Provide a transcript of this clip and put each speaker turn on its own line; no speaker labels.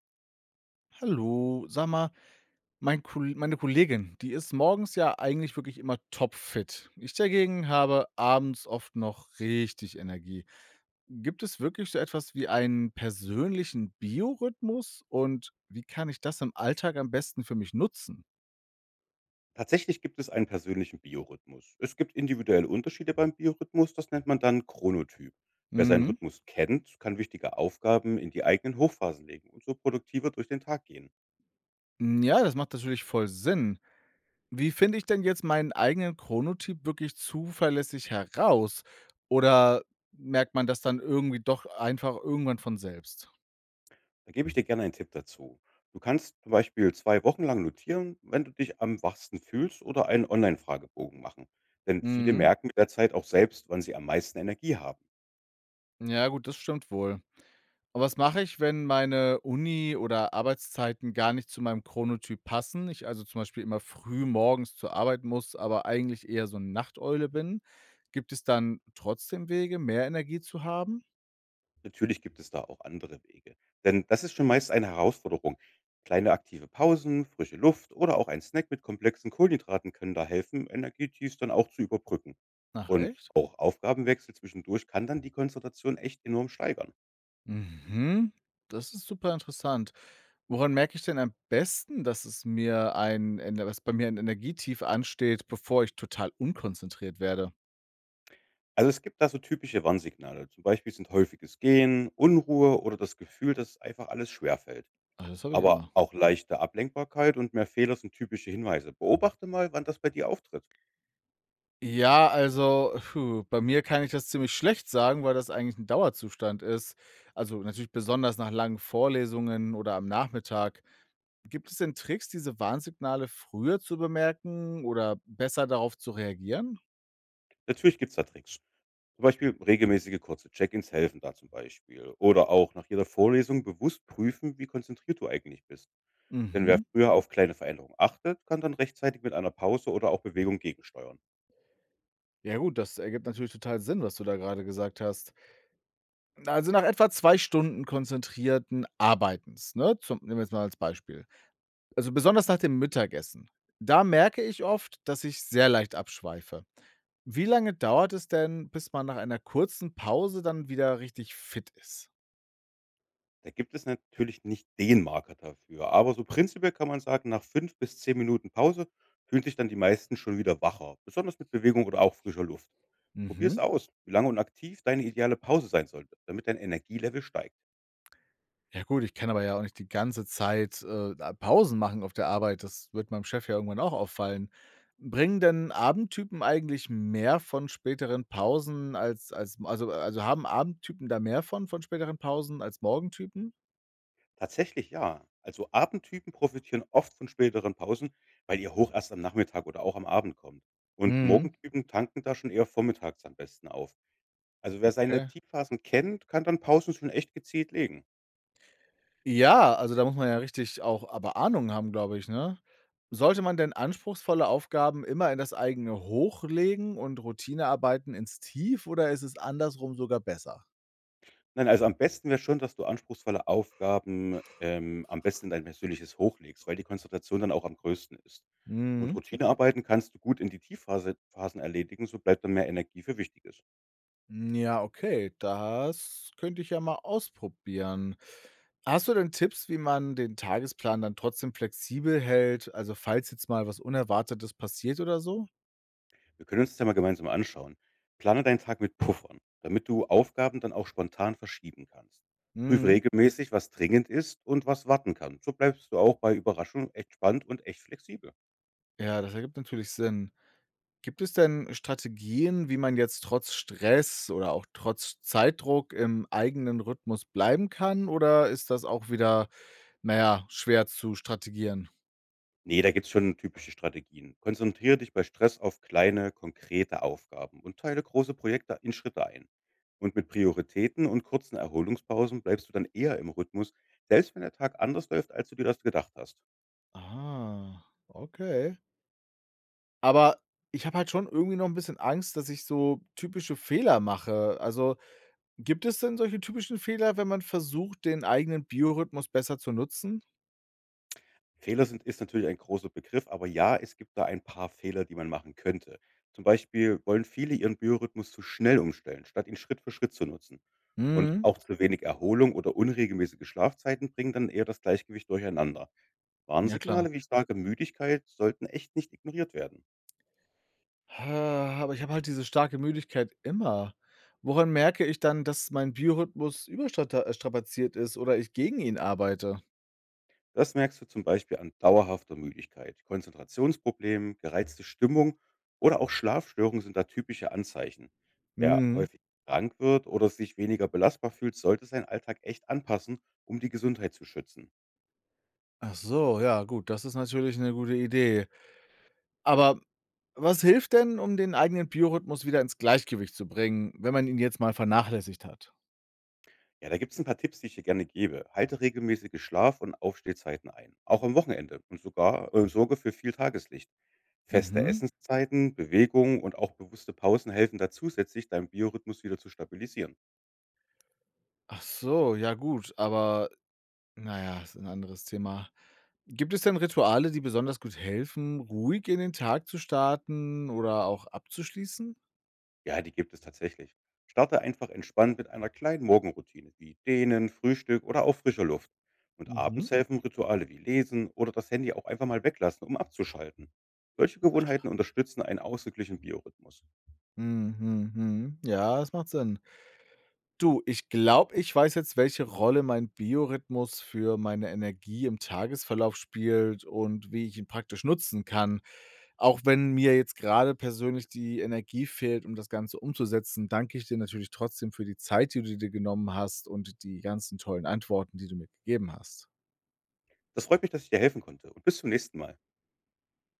Hallo, sag mal, meine Kollegin, die ist morgens ja eigentlich wirklich immer topfit. Ich dagegen habe abends oft noch richtig Energie. Gibt es wirklich so etwas wie einen persönlichen Biorhythmus und wie kann ich das im Alltag am besten für mich nutzen?
Tatsächlich gibt es einen persönlichen Biorhythmus. Es gibt individuelle Unterschiede beim Biorhythmus, das nennt man dann Chronotyp. Wer seinen
Mhm.
Rhythmus kennt, kann wichtige Aufgaben in die eigenen Hochphasen legen und so produktiver durch den Tag gehen.
Hm, ja, das macht natürlich voll Sinn. Wie finde ich denn jetzt meinen eigenen Chronotyp wirklich zuverlässig heraus? Oder merkt man das dann irgendwie doch einfach irgendwann von selbst?
Da gebe ich dir gerne einen Tipp dazu. Du kannst zum Beispiel 2 Wochen lang notieren, wenn du dich am wachsten fühlst oder einen Online-Fragebogen machen. Denn viele
Mhm.
merken mit der Zeit auch selbst, wann sie am meisten Energie haben.
Ja gut, das stimmt wohl. Aber was mache ich, wenn meine Uni oder Arbeitszeiten gar nicht zu meinem Chronotyp passen? Ich also zum Beispiel immer früh morgens zur Arbeit muss, aber eigentlich eher so eine Nachteule bin. Gibt es dann trotzdem Wege, mehr Energie zu haben?
Natürlich gibt es da auch andere Wege, denn das ist schon meist eine Herausforderung. Kleine aktive Pausen, frische Luft oder auch ein Snack mit komplexen Kohlenhydraten können da helfen, Energietiefs dann auch zu überbrücken.
Ach
Und
echt?
auch Aufgabenwechsel zwischendurch kann dann die Konzentration echt enorm steigern.
Mhm. Das ist super interessant. Woran merke ich denn am besten, dass es mir ein Ener dass bei mir ein Energietief ansteht, bevor ich total unkonzentriert werde?
Also es gibt da so typische Warnsignale. Zum Beispiel sind häufiges Gehen, Unruhe oder das Gefühl, dass einfach alles schwerfällt.
Ah, das habe ich
Aber
immer.
auch leichte Ablenkbarkeit und mehr Fehler sind typische Hinweise. Beobachte mal, wann das bei dir auftritt.
Ja, also, puh, bei mir kann ich das ziemlich schlecht sagen, weil das eigentlich ein Dauerzustand ist. Also, natürlich besonders nach langen Vorlesungen oder am Nachmittag. Gibt es denn Tricks, diese Warnsignale früher zu bemerken oder besser darauf zu reagieren?
Natürlich gibt es da Tricks. Zum Beispiel regelmäßige kurze Check-ins helfen da zum Beispiel. Oder auch nach jeder Vorlesung bewusst prüfen, wie konzentriert du eigentlich bist. Denn wer
Mhm.
früher auf kleine Veränderungen achtet, kann dann rechtzeitig mit einer Pause oder auch Bewegung gegensteuern.
Ja gut, das ergibt natürlich total Sinn, was du da gerade gesagt hast. Also, nach etwa 2 Stunden konzentrierten Arbeitens, ne, zum nehmen wir jetzt mal als Beispiel. Also, besonders nach dem Mittagessen. Da merke ich oft, dass ich sehr leicht abschweife. Wie lange dauert es denn, bis man nach einer kurzen Pause dann wieder richtig fit ist?
Da gibt es natürlich nicht den Marker dafür, aber so prinzipiell kann man sagen, nach 5 bis 10 Minuten Pause fühlen sich dann die meisten schon wieder wacher, besonders mit Bewegung oder auch frischer Luft. Probier es
Mhm.
aus, wie lange und aktiv deine ideale Pause sein sollte, damit dein Energielevel steigt.
Ja gut, ich kann aber ja auch nicht die ganze Zeit, da Pausen machen auf der Arbeit. Das wird meinem Chef ja irgendwann auch auffallen. Bringen denn Abendtypen eigentlich mehr von späteren Pausen haben Abendtypen da mehr von späteren Pausen als Morgentypen?
Tatsächlich ja. Also Abendtypen profitieren oft von späteren Pausen, weil ihr Hoch erst am Nachmittag oder auch am Abend kommt. Und
Mhm,
Morgentypen tanken da schon eher vormittags am besten auf. Also wer seine
okay.
Tiefphasen kennt, kann dann Pausen schon echt gezielt legen.
Ja, also da muss man ja richtig auch aber Ahnung haben, glaube ich, ne? Sollte man denn anspruchsvolle Aufgaben immer in das eigene hochlegen und Routinearbeiten ins Tief oder ist es andersrum sogar besser?
Nein, also am besten wäre schon, dass du anspruchsvolle Aufgaben am besten in dein persönliches Hoch legst, weil die Konzentration dann auch am größten ist. Und
Mhm.
Routinearbeiten kannst du gut in die Tiefphasen erledigen, so bleibt dann mehr Energie für Wichtiges.
Hm, ja, okay, das könnte ich ja mal ausprobieren. Hast du denn Tipps, wie man den Tagesplan dann trotzdem flexibel hält, also falls jetzt mal was Unerwartetes passiert oder so?
Wir können uns das ja mal gemeinsam anschauen. Plane deinen Tag mit Puffern, damit du Aufgaben dann auch spontan verschieben kannst. Prüf
Mhm.
regelmäßig, was dringend ist und was warten kann. So bleibst du auch bei Überraschungen echt spannend und echt flexibel.
Ja, das ergibt natürlich Sinn. Gibt es denn Strategien, wie man jetzt trotz Stress oder auch trotz Zeitdruck im eigenen Rhythmus bleiben kann oder ist das auch wieder, naja, schwer zu strategieren?
Nee, da gibt's schon typische Strategien. Konzentriere dich bei Stress auf kleine, konkrete Aufgaben und teile große Projekte in Schritte ein. Und mit Prioritäten und kurzen Erholungspausen bleibst du dann eher im Rhythmus, selbst wenn der Tag anders läuft, als du dir das gedacht hast.
Ah, okay. Aber ich habe halt schon irgendwie noch ein bisschen Angst, dass ich so typische Fehler mache. Also, gibt es denn solche typischen Fehler, wenn man versucht, den eigenen Biorhythmus besser zu nutzen?
Fehler sind ist natürlich ein großer Begriff, aber ja, es gibt da ein paar Fehler, die man machen könnte. Zum Beispiel wollen viele ihren Biorhythmus zu schnell umstellen, statt ihn Schritt für Schritt zu nutzen. Und
Mhm.
auch zu wenig Erholung oder unregelmäßige Schlafzeiten bringen dann eher das Gleichgewicht durcheinander.
Ja, klar.
Warnsignale wie starke Müdigkeit sollten echt nicht ignoriert werden.
Ha, aber ich habe halt diese starke Müdigkeit immer. Woran merke ich dann, dass mein Biorhythmus überstrapaziert ist oder ich gegen ihn arbeite?
Das merkst du zum Beispiel an dauerhafter Müdigkeit, Konzentrationsproblemen, gereizte Stimmung oder auch Schlafstörungen sind da typische Anzeichen. Wer
Mhm.
häufig krank wird oder sich weniger belastbar fühlt, sollte seinen Alltag echt anpassen, um die Gesundheit zu schützen.
Ach so, ja gut, das ist natürlich eine gute Idee. Aber was hilft denn, um den eigenen Biorhythmus wieder ins Gleichgewicht zu bringen, wenn man ihn jetzt mal vernachlässigt hat?
Ja, da gibt es ein paar Tipps, die ich dir gerne gebe. Halte regelmäßige Schlaf- und Aufstehzeiten ein, auch am Wochenende und sogar sorge für viel Tageslicht. Feste
Mhm.
Essenszeiten, Bewegung und auch bewusste Pausen helfen da zusätzlich, deinen Biorhythmus wieder zu stabilisieren.
Ach so, ja gut, aber na ja, ist ein anderes Thema. Gibt es denn Rituale, die besonders gut helfen, ruhig in den Tag zu starten oder auch abzuschließen?
Ja, die gibt es tatsächlich. Starte einfach entspannt mit einer kleinen Morgenroutine, wie Dehnen, Frühstück oder auch frischer Luft. Und abends
Mhm.
helfen Rituale wie Lesen oder das Handy auch einfach mal weglassen, um abzuschalten. Solche Gewohnheiten unterstützen einen ausgeglichenen Biorhythmus.
Mhm, mhm. Ja, das macht Sinn. Du, ich glaube, ich weiß jetzt, welche Rolle mein Biorhythmus für meine Energie im Tagesverlauf spielt und wie ich ihn praktisch nutzen kann. Auch wenn mir jetzt gerade persönlich die Energie fehlt, um das Ganze umzusetzen, danke ich dir natürlich trotzdem für die Zeit, die du dir genommen hast und die ganzen tollen Antworten, die du mir gegeben hast.
Das freut mich, dass ich dir helfen konnte und bis zum nächsten Mal.